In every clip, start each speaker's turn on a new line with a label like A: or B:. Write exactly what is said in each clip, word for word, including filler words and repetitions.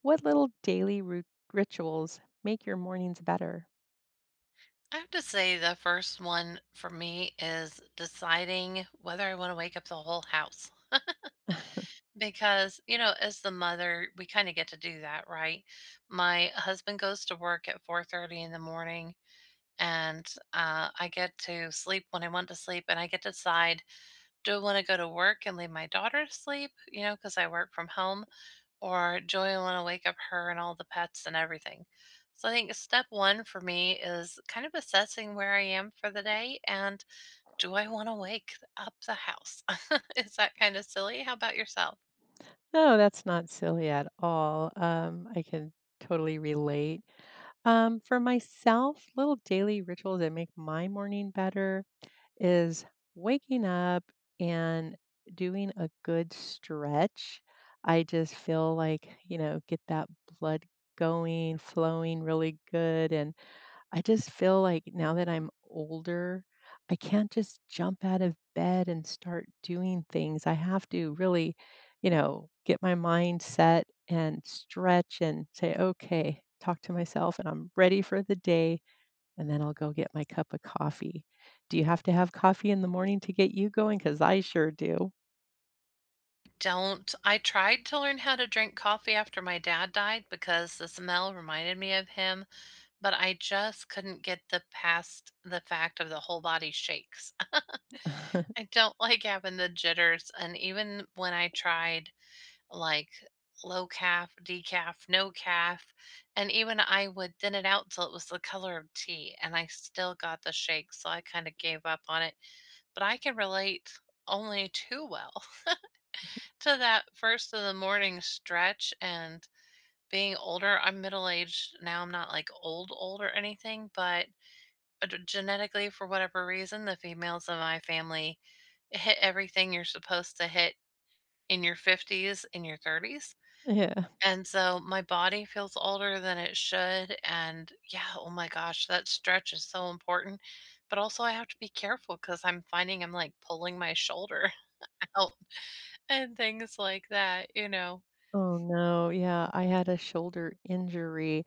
A: What little daily ru- rituals make your mornings better?
B: I have to say the first one for me is deciding whether I want to wake up the whole house. Because, you know, as the mother, we kind of get to do that, right? My husband goes to work at four thirty in the morning and uh, I get to sleep when I want to sleep, and I get to decide, do I want to go to work and leave my daughter to sleep, you know, because I work from home, or Joey I wanna wake up her and all the pets and everything. So I think step one for me is kind of assessing where I am for the day and do I wanna wake up the house? Is that kinda silly? How about yourself?
A: No, that's not silly at all. Um, I can totally relate. Um, for myself, little daily rituals that make my morning better is waking up and doing a good stretch. I just feel like, you know, get that blood going, flowing really good. And I just feel like now that I'm older, I can't just jump out of bed and start doing things. I have to really, you know, get my mind set and stretch and say, okay, talk to myself and I'm ready for the day. And then I'll go get my cup of coffee. Do you have to have coffee in the morning to get you going? Because I sure do.
B: Don't I tried to learn how to drink coffee after my dad died because the smell reminded me of him, but I just couldn't get the past the fact of the whole body shakes. I don't like having the jitters, and even when I tried like low calf, decaf, no calf. And even I would thin it out till it was the color of tea and I still got the shake. So I kind of gave up on it. But I can relate only too well to that first of the morning stretch and being older. I'm middle aged now. I'm not like old, old or anything, but uh, d- genetically, for whatever reason, the females of my family hit everything you're supposed to hit in your fifties, in your thirties.
A: Yeah.
B: And so my body feels older than it should. And yeah, oh my gosh, that stretch is so important. But also, I have to be careful because I'm finding I'm like pulling my shoulder out and things like that, you know.
A: Oh no, yeah, I had a shoulder injury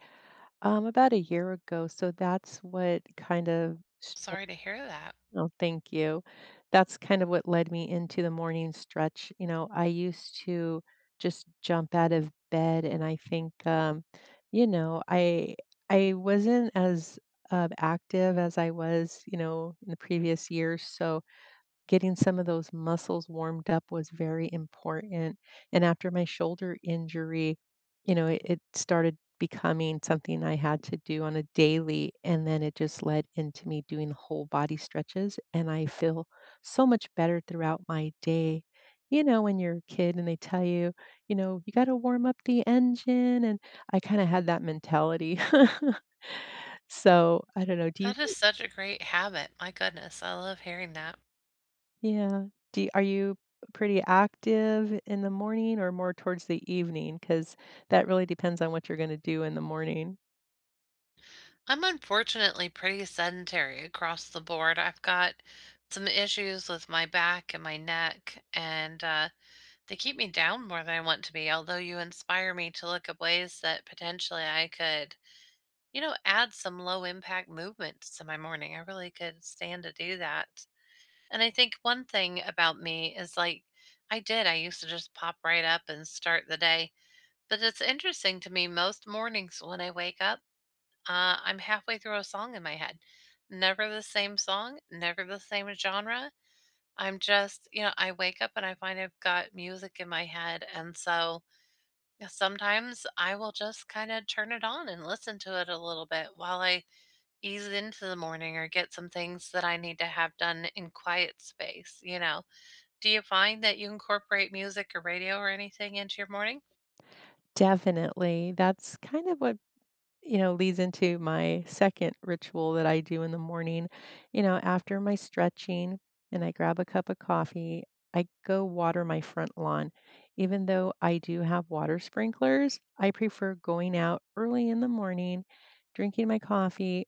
A: um about a year ago, so that's what kind of.
B: Sorry to hear that.
A: Oh, thank you. That's kind of what led me into the morning stretch. You know, I used to just jump out of bed, and I think, um, you know, I I wasn't as uh, active as I was, you know, in the previous years. So getting some of those muscles warmed up was very important, and after my shoulder injury, you know, it it started becoming something I had to do on a daily, and then it just led into me doing whole body stretches, and I feel so much better throughout my day. You know, when you're a kid and they tell you, you know, "You gotta warm up the engine," and I kinda had that mentality. So, I don't know, do you.
B: That is such a great habit. My goodness, I love hearing that.
A: Yeah. Do you Are you pretty active in the morning or more towards the evening? Because that really depends on what you're gonna do in the morning.
B: I'm unfortunately pretty sedentary across the board. I've got some issues with my back and my neck, and uh, they keep me down more than I want to be, although you inspire me to look at ways that potentially I could, you know, add some low impact movements to my morning. I really could stand to do that. And I think one thing about me is like I did, I used to just pop right up and start the day. But it's interesting to me, most mornings when I wake up, uh, I'm halfway through a song in my head. Never the same song, never the same genre. I'm just, you know, I wake up and I find I've got music in my head. And so, yeah, sometimes I will just kind of turn it on and listen to it a little bit while I ease into the morning or get some things that I need to have done in quiet space, you know. Do you find that you incorporate music or radio or anything into your morning?
A: Definitely. That's kind of what, you know, leads into my second ritual that I do in the morning. You know, after my stretching and I grab a cup of coffee, I go water my front lawn. Even though I do have water sprinklers, I prefer going out early in the morning, drinking my coffee,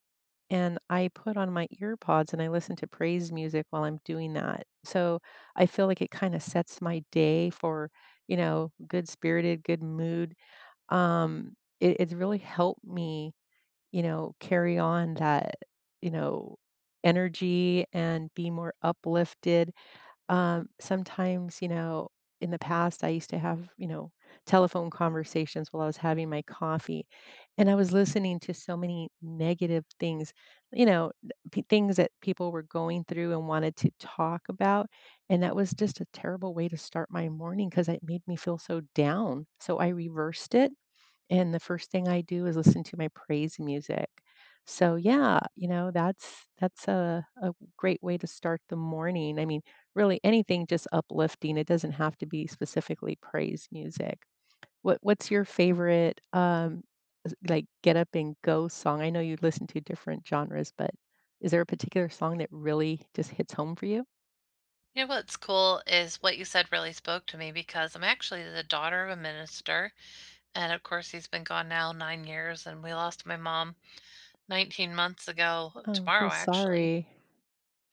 A: and I put on my ear pods and I listen to praise music while I'm doing that. So I feel like it kind of sets my day for, you know, good spirited, good mood. Um, it it's really helped me, you know, carry on that, you know, energy and be more uplifted. Um, sometimes, you know, in the past, I used to have, you know, telephone conversations while I was having my coffee, and I was listening to so many negative things, you know, p- things that people were going through and wanted to talk about. And that was just a terrible way to start my morning because it made me feel so down. So I reversed it and the first thing I do is listen to my praise music. So yeah, you know, that's that's a a great way to start the morning. I mean, really anything just uplifting. It doesn't have to be specifically praise music. What what's your favorite um s- like get up and go song? I know you listen to different genres, but is there a particular song that really just hits home for you?
B: You know what's cool is what you said really spoke to me because I'm actually the daughter of a minister. And of course, he's been gone now nine years, and we lost my mom nineteen months ago
A: Oh, so
B: tomorrow, actually.
A: sorry.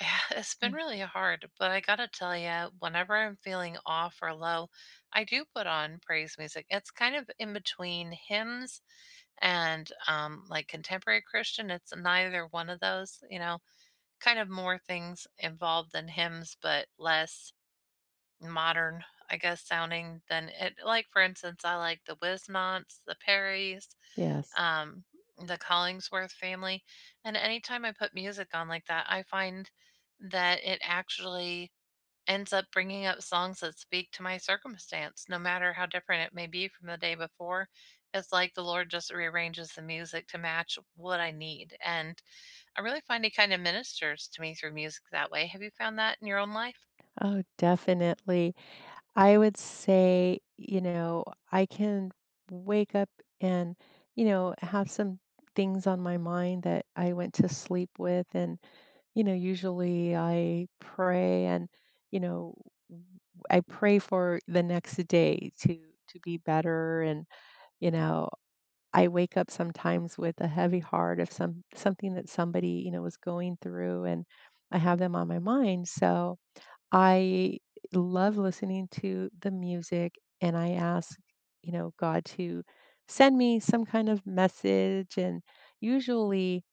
B: Yeah, it's been
A: Mm.
B: really hard, but I gotta tell you, whenever I'm feeling off or low, I do put on praise music. It's kind of in between hymns and um, like contemporary Christian. It's neither one of those, you know, kind of more things involved than hymns, but less modern, I guess, sounding than it like, for instance, I like the Wismonts, the Perrys,
A: Yes.
B: um, the Collingsworth family, and anytime I put music on like that, I find that it actually ends up bringing up songs that speak to my circumstance, no matter how different it may be from the day before. It's like the Lord just rearranges the music to match what I need, and I really find He kinda ministers to me through music that way. Have you found that in your own life?
A: Oh, definitely. I would say, you know, I can wake up and, you know, have some things on my mind that I went to sleep with. And, you know, usually I pray and, you know, w- I pray for the next day to to be better. And you know, I wake up sometimes with a heavy heart of some something that somebody you know was going through, and I have them on my mind. So I love listening to the music and I ask, you know, God to send me some kind of message. And usually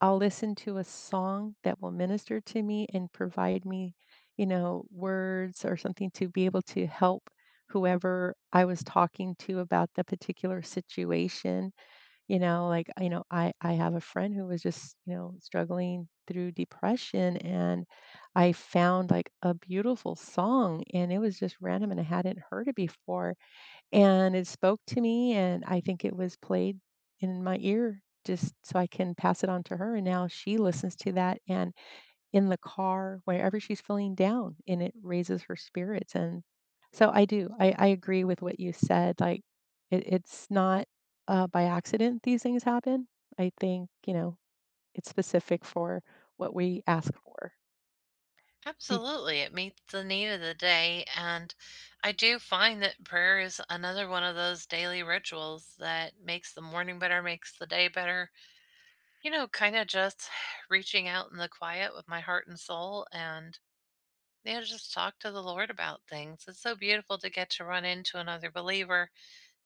A: I'll listen to a song that will minister to me and provide me, you know, words or something to be able to help whoever I was talking to about the particular situation. You know, like, you know, I I have a friend who was just, you know, struggling through depression, and I found, like, a beautiful song, and it was just random, and I hadn't heard it before, and it spoke to me, and I think it was played in my ear just so I can pass it on to her, and now she listens to that, and in the car, wherever she's feeling down, and it raises her spirits, and so I do. I I agree with what you said, like, it it's not, uh, by accident these things happen. I think, you know, it's specific for what we ask for. Do.
B: Absolutely. It meets the need of the day. And I do find that prayer is another one of those daily rituals that makes the morning better, makes the day better. You know, kind of just reaching out in the quiet with my heart and soul and, you know, just talk to the Lord about things. It's so beautiful to get to run into another believer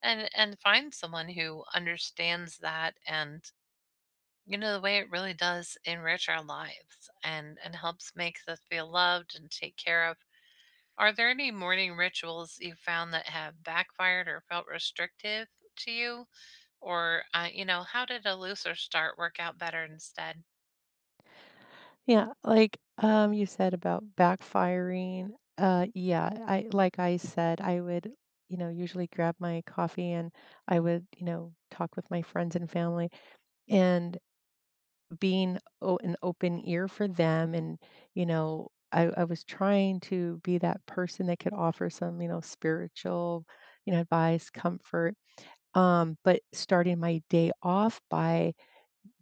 B: and, and find someone who understands that, and, you know, the way it really does enrich our lives and, and helps make us feel loved and take care of are there any morning rituals you found that have backfired or felt restrictive to you? Or, uh, you know, how did a looser start work out better instead?
A: Yeah, like, um, you said about backfiring, uh, yeah, I like I said, I would, you know, usually grab my coffee and I would, you know, talk with my friends and family and being o an open ear for them and, you know, I I was trying to be that person that could offer some, you know, spiritual, you know, advice, comfort, um, but starting my day off by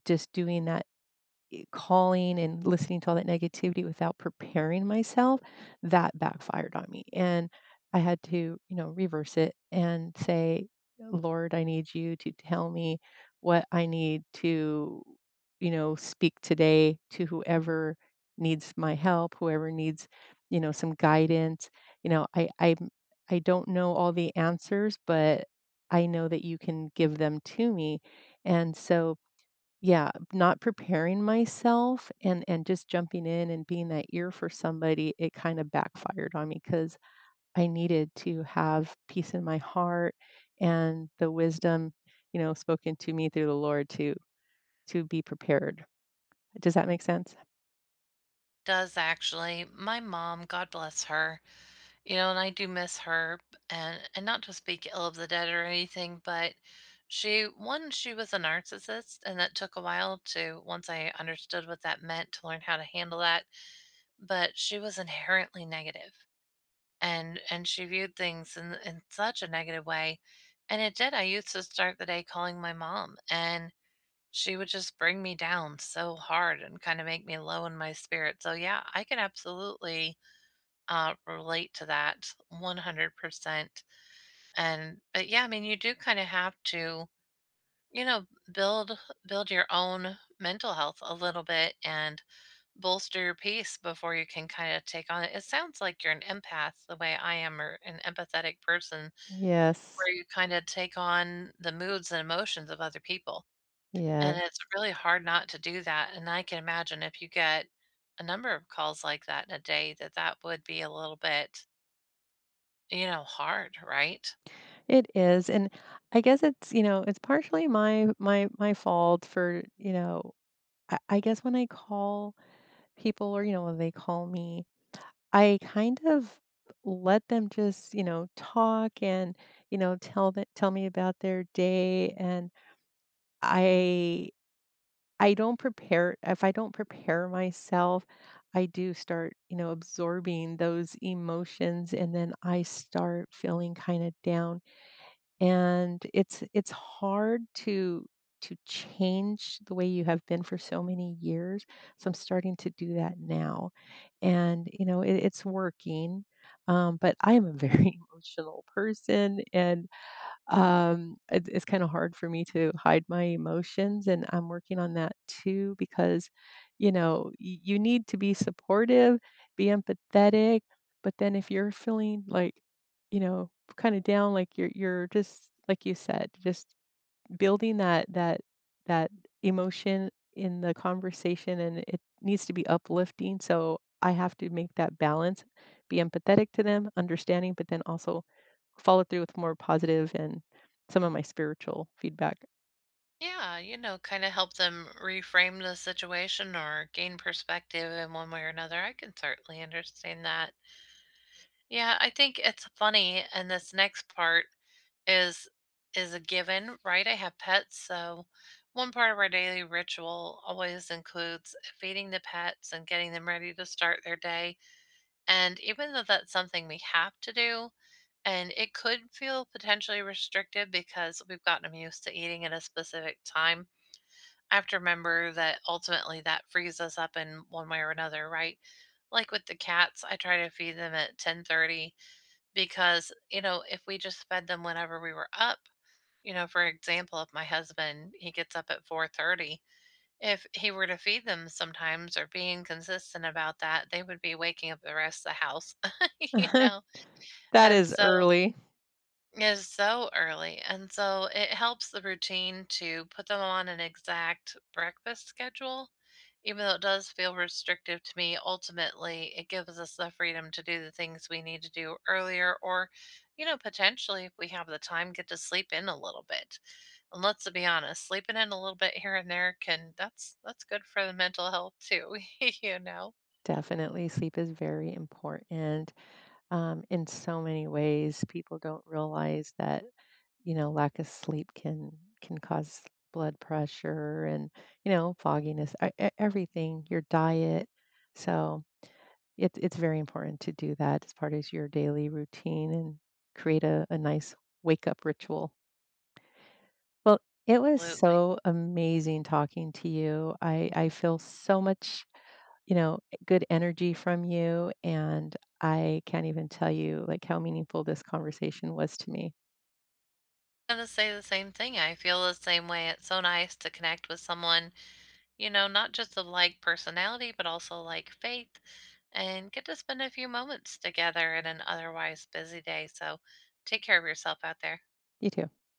A: just doing that calling and listening to all that negativity without preparing myself, that backfired on me. And I had to, you know, reverse it and say, Lord, I need you to tell me what I need to, you know, speak today to whoever needs my help, whoever needs, you know, some guidance. You know, I I I don't know all the answers, but I know that you can give them to me. And so yeah, not preparing myself and and just jumping in and being that ear for somebody, it kinda backfired on me because I needed to have peace in my heart and the wisdom, you know, spoken to me through the Lord to to be prepared. Does that make sense?
B: Does actually. My mom, God bless her, you know, and I do miss her. b- And, and not to speak ill of the dead or anything, but she, one, she was a narcissist, and that took a while to, once I understood what that meant, to learn how to handle that. But she was inherently negative, and and she viewed things in in such a negative way, and it did, I used to start the day calling my mom, and she would just bring me down so hard and kind of make me low in my spirit. So yeah, I can absolutely uh, relate to that one hundred percent. And but yeah, I mean, you do kind of have to, you know, build build your own mental health a little bit and bolster your peace before you can kind of take on it. It sounds like you're an empath the way I am, or an empathetic person,
A: Yes.
B: where you kind of take on the moods and emotions of other people.
A: Yeah,
B: And it's really hard not to do that. And I can imagine if you get a number of calls like that in a day, that that would be a little bit, you know, hard, right?
A: it is, and I guess it's, you know, it's partially my my my fault for, you know, I I guess when I call people or, you know, when they call me, I kind of let them just, you know, talk and, you know, tell that tell me about their day. And I I don't prepare. If I don't prepare myself, I do start, you know, absorbing those emotions and then I start feeling kind of down, and it's it's hard to to change the way you have been for so many years, so I'm starting to do that now, and, you know, it it's working, um, but I am a very emotional person, and um, it, it's kind of hard for me to hide my emotions, and I'm working on that too because, you know, y- you need to be supportive, be empathetic, but then if you're feeling like, you know, kind of down, like you're you're just like you said, just building that that that emotion in the conversation, and it needs to be uplifting. So I have to make that balance, be empathetic to them, understanding, but then also follow through with more positive and some of my spiritual feedback.
B: Yeah, you know, kind of help them reframe the situation or gain perspective in one way or another. I can certainly understand that. Yeah, I think it's funny, and this next part is is a given, right? I have pets, so one part of our daily ritual always includes feeding the pets and getting them ready to start their day. And even though that's something we have to do, and it could feel potentially restrictive because we've gotten them used to eating at a specific time, I have to remember that ultimately that frees us up in one way or another, right? Like with the cats, I try to feed them at ten thirty because, you know, if we just fed them whenever we were up, you know, for example, if my husband, he gets up at four thirty, if he were to feed them sometimes or being consistent about that, they would be waking up the rest of the house, you know?
A: That
B: And
A: is
B: so
A: early.
B: is so early. And so it helps the routine to put them on an exact breakfast schedule. Even though it does feel restrictive to me, ultimately it gives us the freedom to do the things we need to do earlier, or, you know, potentially if we have the time, get to sleep in a little bit. And let's be honest, sleeping in a little bit here and there can that's that's good for the mental health too, you know.
A: Definitely, sleep is very important, um, in so many ways. People don't realize that, you know, lack of sleep can can cause blood pressure and, you know, fogginess, e e everything, your diet. So, it's it's very important to do that as part as your daily routine and create a a nice wake-up ritual. Well, it was
B: Absolutely.
A: so amazing talking to you. I I feel so much, you know, good energy from you, and I can't even tell you, like, how meaningful this conversation was to me.
B: I'm gonna say the same thing. I feel the same way. It's so nice to connect with someone, you know, not just of like personality, but also like faith, and get to spend a few moments together in an otherwise busy day. So take care of yourself out there.
A: You too.